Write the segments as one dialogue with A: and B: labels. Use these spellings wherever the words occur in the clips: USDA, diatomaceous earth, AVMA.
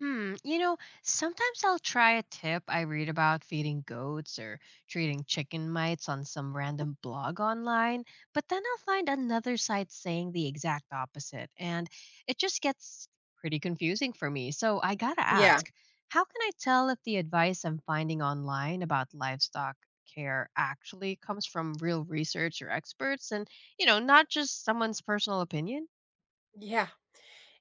A: Hmm, you know, Sometimes I'll try a tip I read about feeding goats or treating chicken mites on some random blog online, but then I'll find another site saying the exact opposite, and it just gets pretty confusing for me. So I gotta
B: Yeah.
A: ask, how can I tell if the advice I'm finding online about livestock care actually comes from real research or experts and, not just someone's personal opinion?
B: Yeah.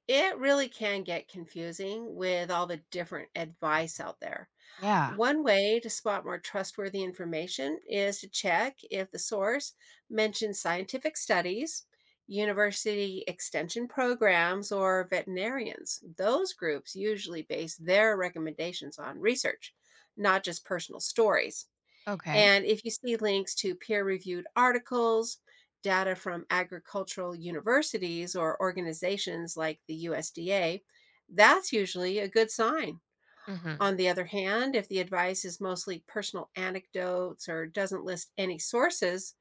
B: It really can get confusing with all the different advice out there.
A: Yeah,
B: One way to spot more trustworthy information is to check if the source mentions scientific studies, university extension programs, or veterinarians. Those groups usually base their recommendations on research, not just personal stories.
A: okay.
B: And if you see links to peer reviewed articles, data from agricultural universities or organizations like the USDA, that's usually a good sign.
A: Mm-hmm.
B: On the other hand, if the advice is mostly personal anecdotes or doesn't list any sources,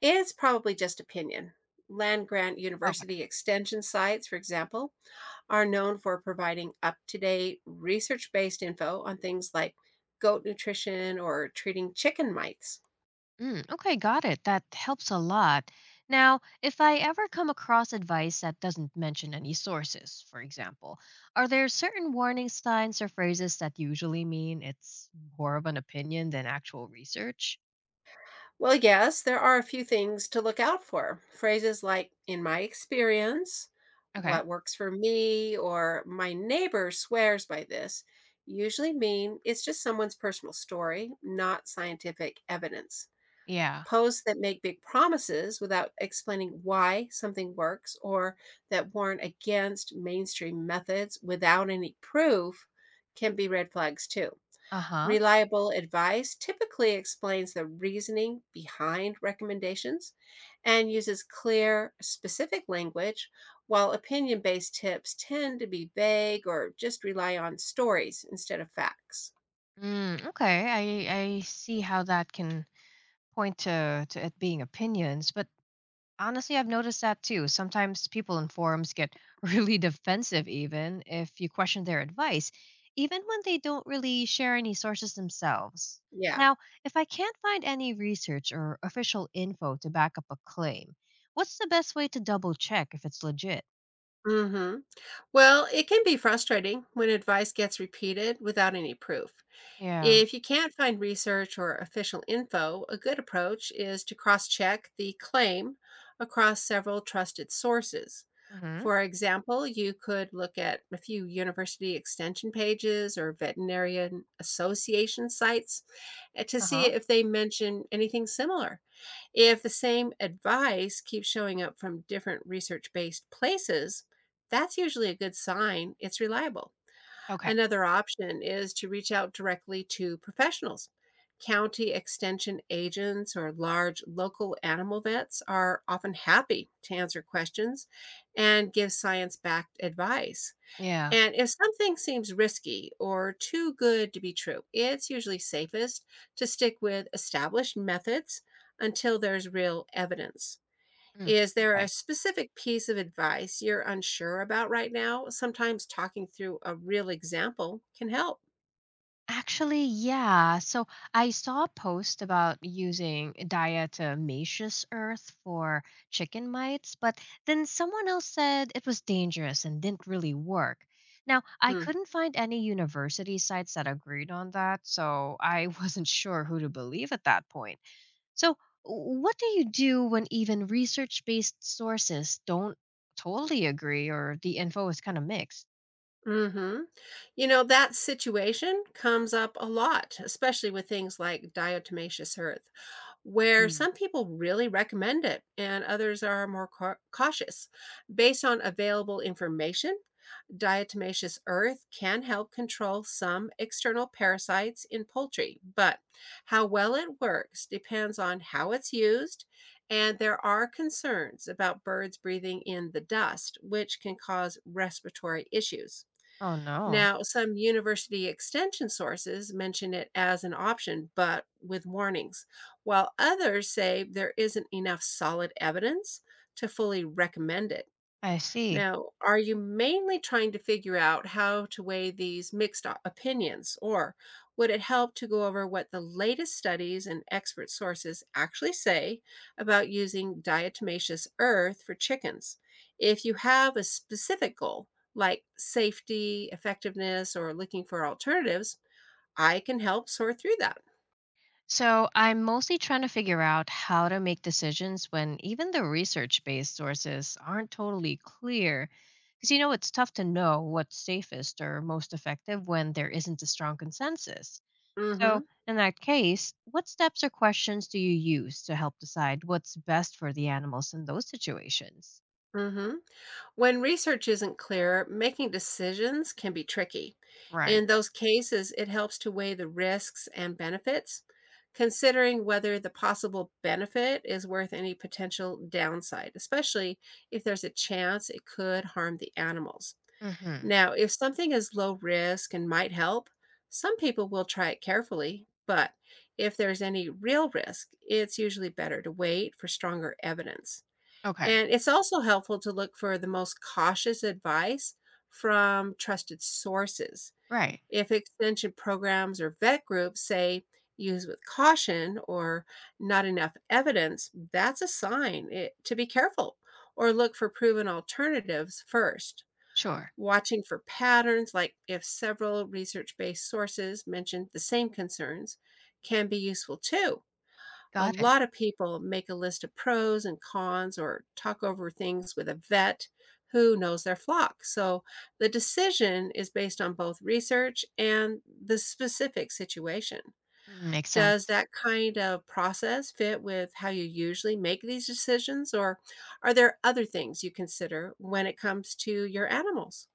B: it's probably just opinion. Land grant
A: Okay.
B: university extension sites, for example, are known for providing up to date research based info on things like goat nutrition or treating chicken mites.
A: Mm, okay, got it. That helps a lot. Now, if I ever come across advice that doesn't mention any sources, for example, are there certain warning signs or phrases that usually mean it's more of an opinion than actual research?
B: Well, yes, there are a few things to look out for. Phrases like, in my experience,
A: Okay.
B: what works for me, or my neighbor swears by this usually mean it's just someone's personal story, not scientific evidence.
A: Yeah.
B: Posts that make big promises without explaining why something works or that warn against mainstream methods without any proof can be red flags too.
A: Uh-huh.
B: Reliable advice typically explains the reasoning behind recommendations and uses clear, specific language, while opinion based tips tend to be vague or just rely on stories instead of facts.
A: Mm, okay. I see how that can point to it being opinions, but honestly, I've noticed that too. Sometimes people in forums get really defensive, even if you question their advice, even when they don't really share any sources themselves.
B: Yeah.
A: Now, if I can't find any research or official info to back up a claim, what's the best way to double check if it's legit?
B: hmm Well, it can be frustrating when advice gets repeated without any proof.
A: Yeah.
B: If you can't find research or official info, a good approach is to cross check the claim across several trusted sources.
A: Hmm.
B: For example, you could look at a few university extension pages or veterinarian association sites to
A: Uh
B: see
A: huh.
B: if they mention anything similar. If the same advice keeps showing up from different research based places, that's usually a good sign it's reliable.
A: Okay.
B: Another option is to reach out directly to professionals. County extension agents or large local animal vets are often happy to answer questions and give science backed advice.
A: Yeah.
B: And if something seems risky or too good to be true, it's usually safest to stick with established methods until there's real evidence.
A: Mm.
B: Is there a
A: Okay.
B: specific piece of advice you're unsure about right now? Sometimes talking through a real example can help.
A: Actually, yeah. So I saw a post about using diatomaceous earth for chicken mites, but then someone else said it was dangerous and didn't really work. Now, I
B: Hmm.
A: couldn't find any university sites that agreed on that, so I wasn't sure who to believe at that point. So, what do you do when even research based sources don't totally agree or the info is kind of mixed?
B: Mhm. You know, that situation comes up a lot, especially with things like diatomaceous earth, where
A: Mm.
B: some people really recommend it and others are more cautious. Based on available information, diatomaceous earth can help control some external parasites in poultry, but how well it works depends on how it's used. And there are concerns about birds breathing in the dust, which can cause respiratory issues.
A: Oh, no.
B: Now, some university extension sources mention it as an option, but with warnings, while others say there isn't enough solid evidence to fully recommend it.
A: I see.
B: Now, are you mainly trying to figure out how to weigh these mixed opinions, or would it help to go over what the latest studies and expert sources actually say about using diatomaceous earth for chickens? If you have a specific goal, like safety, effectiveness, or looking for alternatives, I can help sort through that.
A: So I'm mostly trying to figure out how to make decisions when even the research based sources aren't totally clear. Because, it's tough to know what's safest or most effective when there isn't a strong consensus.
B: Mm hmm.
A: So, in that case, what steps or questions do you use to help decide what's best for the animals in those situations?
B: Mm hmm. When research isn't clear, making decisions can be tricky.
A: Right.
B: In those cases, it helps to weigh the risks and benefits, considering whether the possible benefit is worth any potential downside, especially if there's a chance it could harm the animals.
A: Mm-hmm.
B: Now, if something is low risk and might help, some people will try it carefully, but if there's any real risk, it's usually better to wait for stronger evidence.
A: Okay.
B: And it's also helpful to look for the most cautious advice from trusted sources.
A: Right.
B: If extension programs or vet groups say use with caution or not enough evidence, that's a sign it, to be careful or look for proven alternatives first.
A: Sure.
B: Watching for patterns, like if several research based sources mention the same concerns, can be useful too. A
A: Got it.
B: lot of people make a list of pros and cons or talk over things with a vet who knows their flock. So the decision is based on both research and the specific situation.
A: Mm, makes
B: Does
A: sense.
B: that kind of process fit with how you usually make these decisions, or are there other things you consider when it comes to your animals?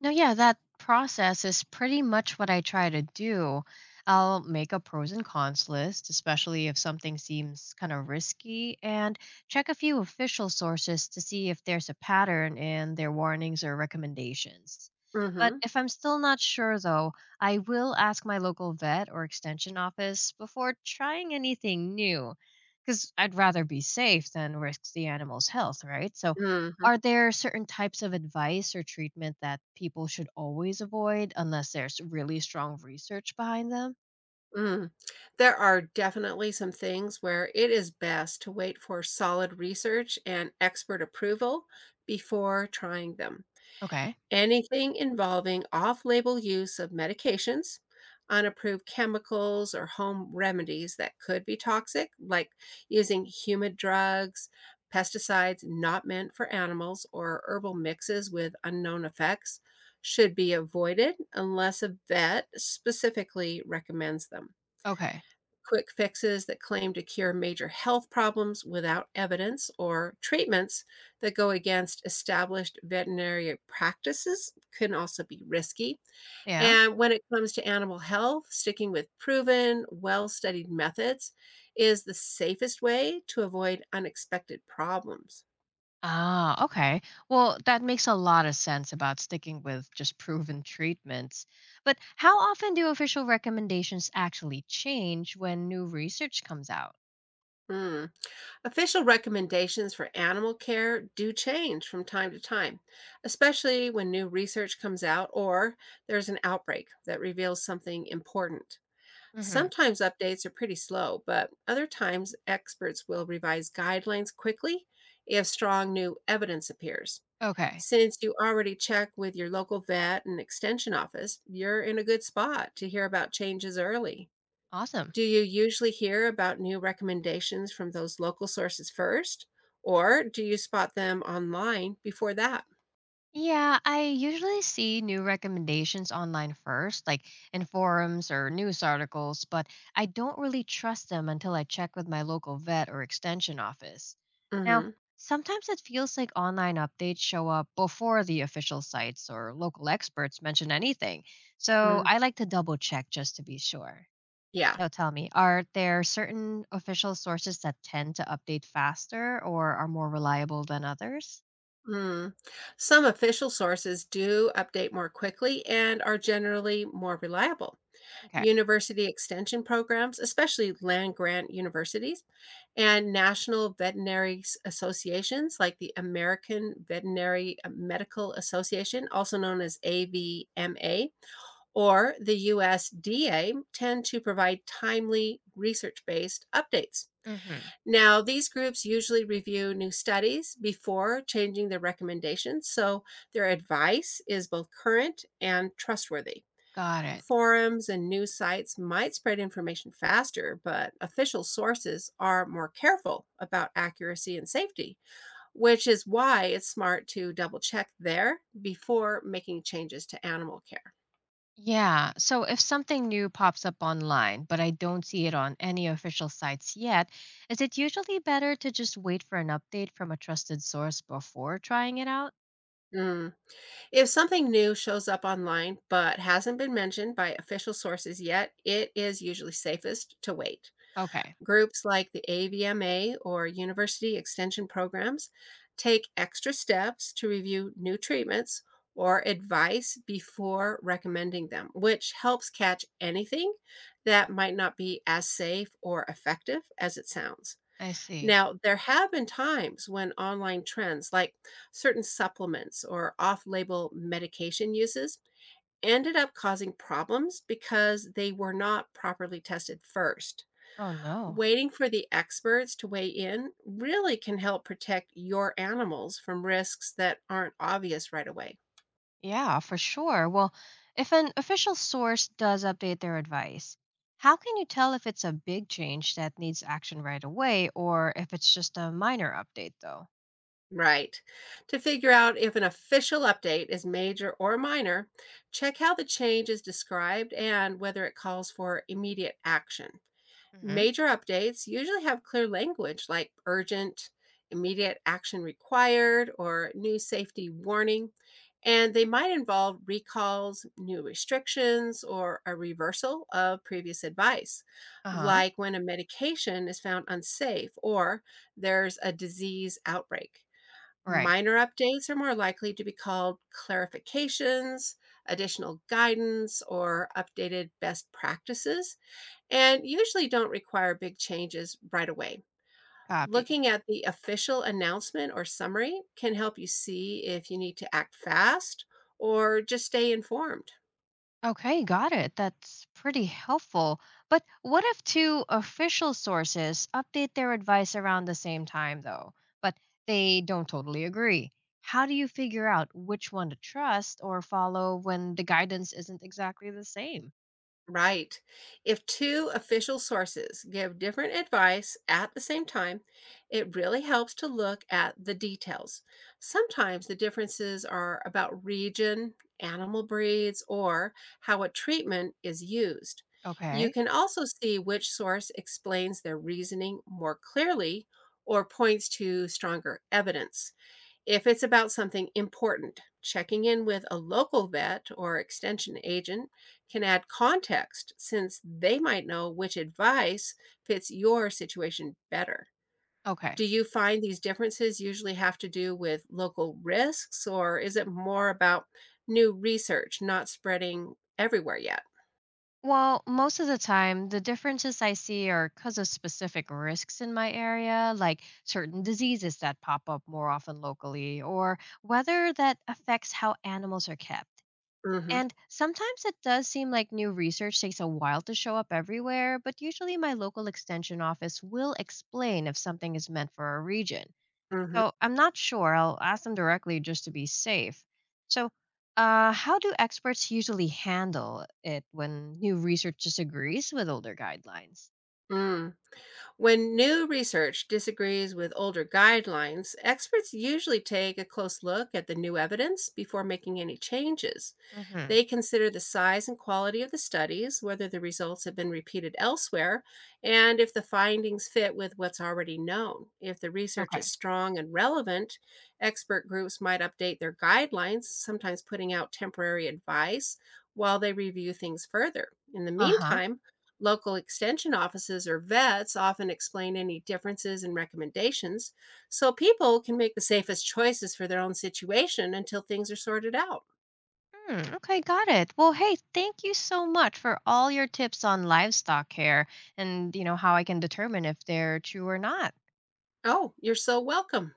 A: No, yeah, that process is pretty much what I try to do. I'll make a pros and cons list, especially if something seems kind of risky, and check a few official sources to see if there's a pattern in their warnings or recommendations. But
B: Mm-hmm.
A: if I'm still not sure, though, I will ask my local vet or extension office before trying anything new, because I'd rather be safe than risk the animal's health, right? So are there certain types of advice or treatment that people should always avoid unless there's really strong research behind them?
B: Mm. There are definitely some things where it is best to wait for solid research and expert approval before trying them.
A: Okay.
B: Anything involving off label use of medications, unapproved chemicals, or home remedies that could be toxic, like using humid drugs, pesticides not meant for animals, or herbal mixes with unknown effects, should be avoided unless a vet specifically recommends them.
A: Okay.
B: Quick fixes that claim to cure major health problems without evidence or treatments that go against established veterinary practices can also be risky.
A: Yeah.
B: And when it comes to animal health, sticking with proven, well studied methods is the safest way to avoid unexpected problems.
A: Ah, okay. Well, that makes a lot of sense about sticking with just proven treatments. But how often do official recommendations actually change when new research comes out?
B: Mm. Official recommendations for animal care do change from time to time, especially when new research comes out or there's an outbreak that reveals something important.
A: Mhm.
B: Sometimes updates are pretty slow, but other times experts will revise guidelines quickly if strong new evidence appears.
A: Okay.
B: Since you already check with your local vet and extension office, you're in a good spot to hear about changes early.
A: Awesome.
B: Do you usually hear about new recommendations from those local sources first, or do you spot them online before that?
A: Yeah, I usually see new recommendations online first, like in forums or news articles, but I don't really trust them until I check with my local vet or extension office. Now,
B: Hmm.
A: sometimes it feels like online updates show up before the official sites or local experts mention anything, so
B: Mm,
A: I like to double check just to be sure.
B: yeah.
A: Now, tell me, are there certain official sources that tend to update faster or are more reliable than others?
B: Mm. Some official sources do update more quickly and are generally more reliable.
A: Okay.
B: University extension programs, especially land grant universities, and national veterinary associations like the American Veterinary Medical Association, also known as AVMA, or the USDA tend to provide timely research based updates.
A: Mm-hmm.
B: Now, these groups usually review new studies before changing their recommendations, so their advice is both current and trustworthy.
A: Got it.
B: Forums and news sites might spread information faster, but official sources are more careful about accuracy and safety, which is why it's smart to double check there before making changes to animal care.
A: Yeah. So if something new pops up online, but I don't see it on any official sites yet, is it usually better to just wait for an update from a trusted source before trying it out?
B: Mm. If something new shows up online but hasn't been mentioned by official sources yet, it is usually safest to wait.
A: Okay.
B: Groups like the AVMA or university extension programs take extra steps to review new treatments or advice before recommending them, which helps catch anything that might not be as safe or effective as it sounds.
A: I see.
B: Now, there have been times when online trends like certain supplements or off label medication uses ended up causing problems because they were not properly tested first.
A: Oh, no.
B: Waiting for the experts to weigh in really can help protect your animals from risks that aren't obvious right away.
A: Yeah, for sure. Well, if an official source does update their advice, how can you tell if it's a big change that needs action right away or if it's just a minor update, though?
B: Right. To figure out if an official update is major or minor, check how the change is described and whether it calls for immediate action.
A: Hmm.
B: Major updates usually have clear language like urgent, immediate action required, or new safety warning, and they might involve recalls, new restrictions, or a reversal of previous advice,
A: Uh huh.
B: like when a medication is found unsafe or there's a disease outbreak.
A: Right.
B: Minor updates are more likely to be called clarifications, additional guidance, or updated best practices and usually don't require big changes right away.
A: Copy.
B: Looking at the official announcement or summary can help you see if you need to act fast or just stay informed.
A: Okay, got it. That's pretty helpful. But what if two official sources update their advice around the same time, though, but they don't totally agree? How do you figure out which one to trust or follow when the guidance isn't exactly the same?
B: Right. If two official sources give different advice at the same time, it really helps to look at the details. Sometimes the differences are about region, animal breeds, or how a treatment is used. You
A: Okay,
B: can also see which source explains their reasoning more clearly or points to stronger evidence. If it's about something important, checking in with a local vet or extension agent can add context since they might know which advice fits your situation better.
A: okay.
B: Do you find these differences usually have to do with local risks, or is it more about new research not spreading everywhere yet?
A: Well, most of the time, the differences I see are because of specific risks in my area, like certain diseases that pop up more often locally, or whether that affects how animals are kept.
B: Mm-hmm.
A: And sometimes it does seem like new research takes a while to show up everywhere, but usually my local extension office will explain if something is meant for a region.
B: Mm-hmm.
A: So I'm not sure. I'll ask them directly just to be safe. So, how do experts usually handle it when new research disagrees with older guidelines?
B: Mm. When new research disagrees with older guidelines, experts usually take a close look at the new evidence before making any changes.
A: Hmm.
B: They consider the size and quality of the studies, whether the results have been repeated elsewhere, and if the findings fit with what's already known. If the research
A: Okay.
B: is strong and relevant, expert groups might update their guidelines, sometimes putting out temporary advice while they review things further. In the
A: Uh huh.
B: meantime, local extension offices or vets often explain any differences in recommendations so people can make the safest choices for their own situation until things are sorted out.
A: Hmm, okay, got it. Well, hey, thank you so much for all your tips on livestock care and how I can determine if they're true or not.
B: Oh, you're so welcome.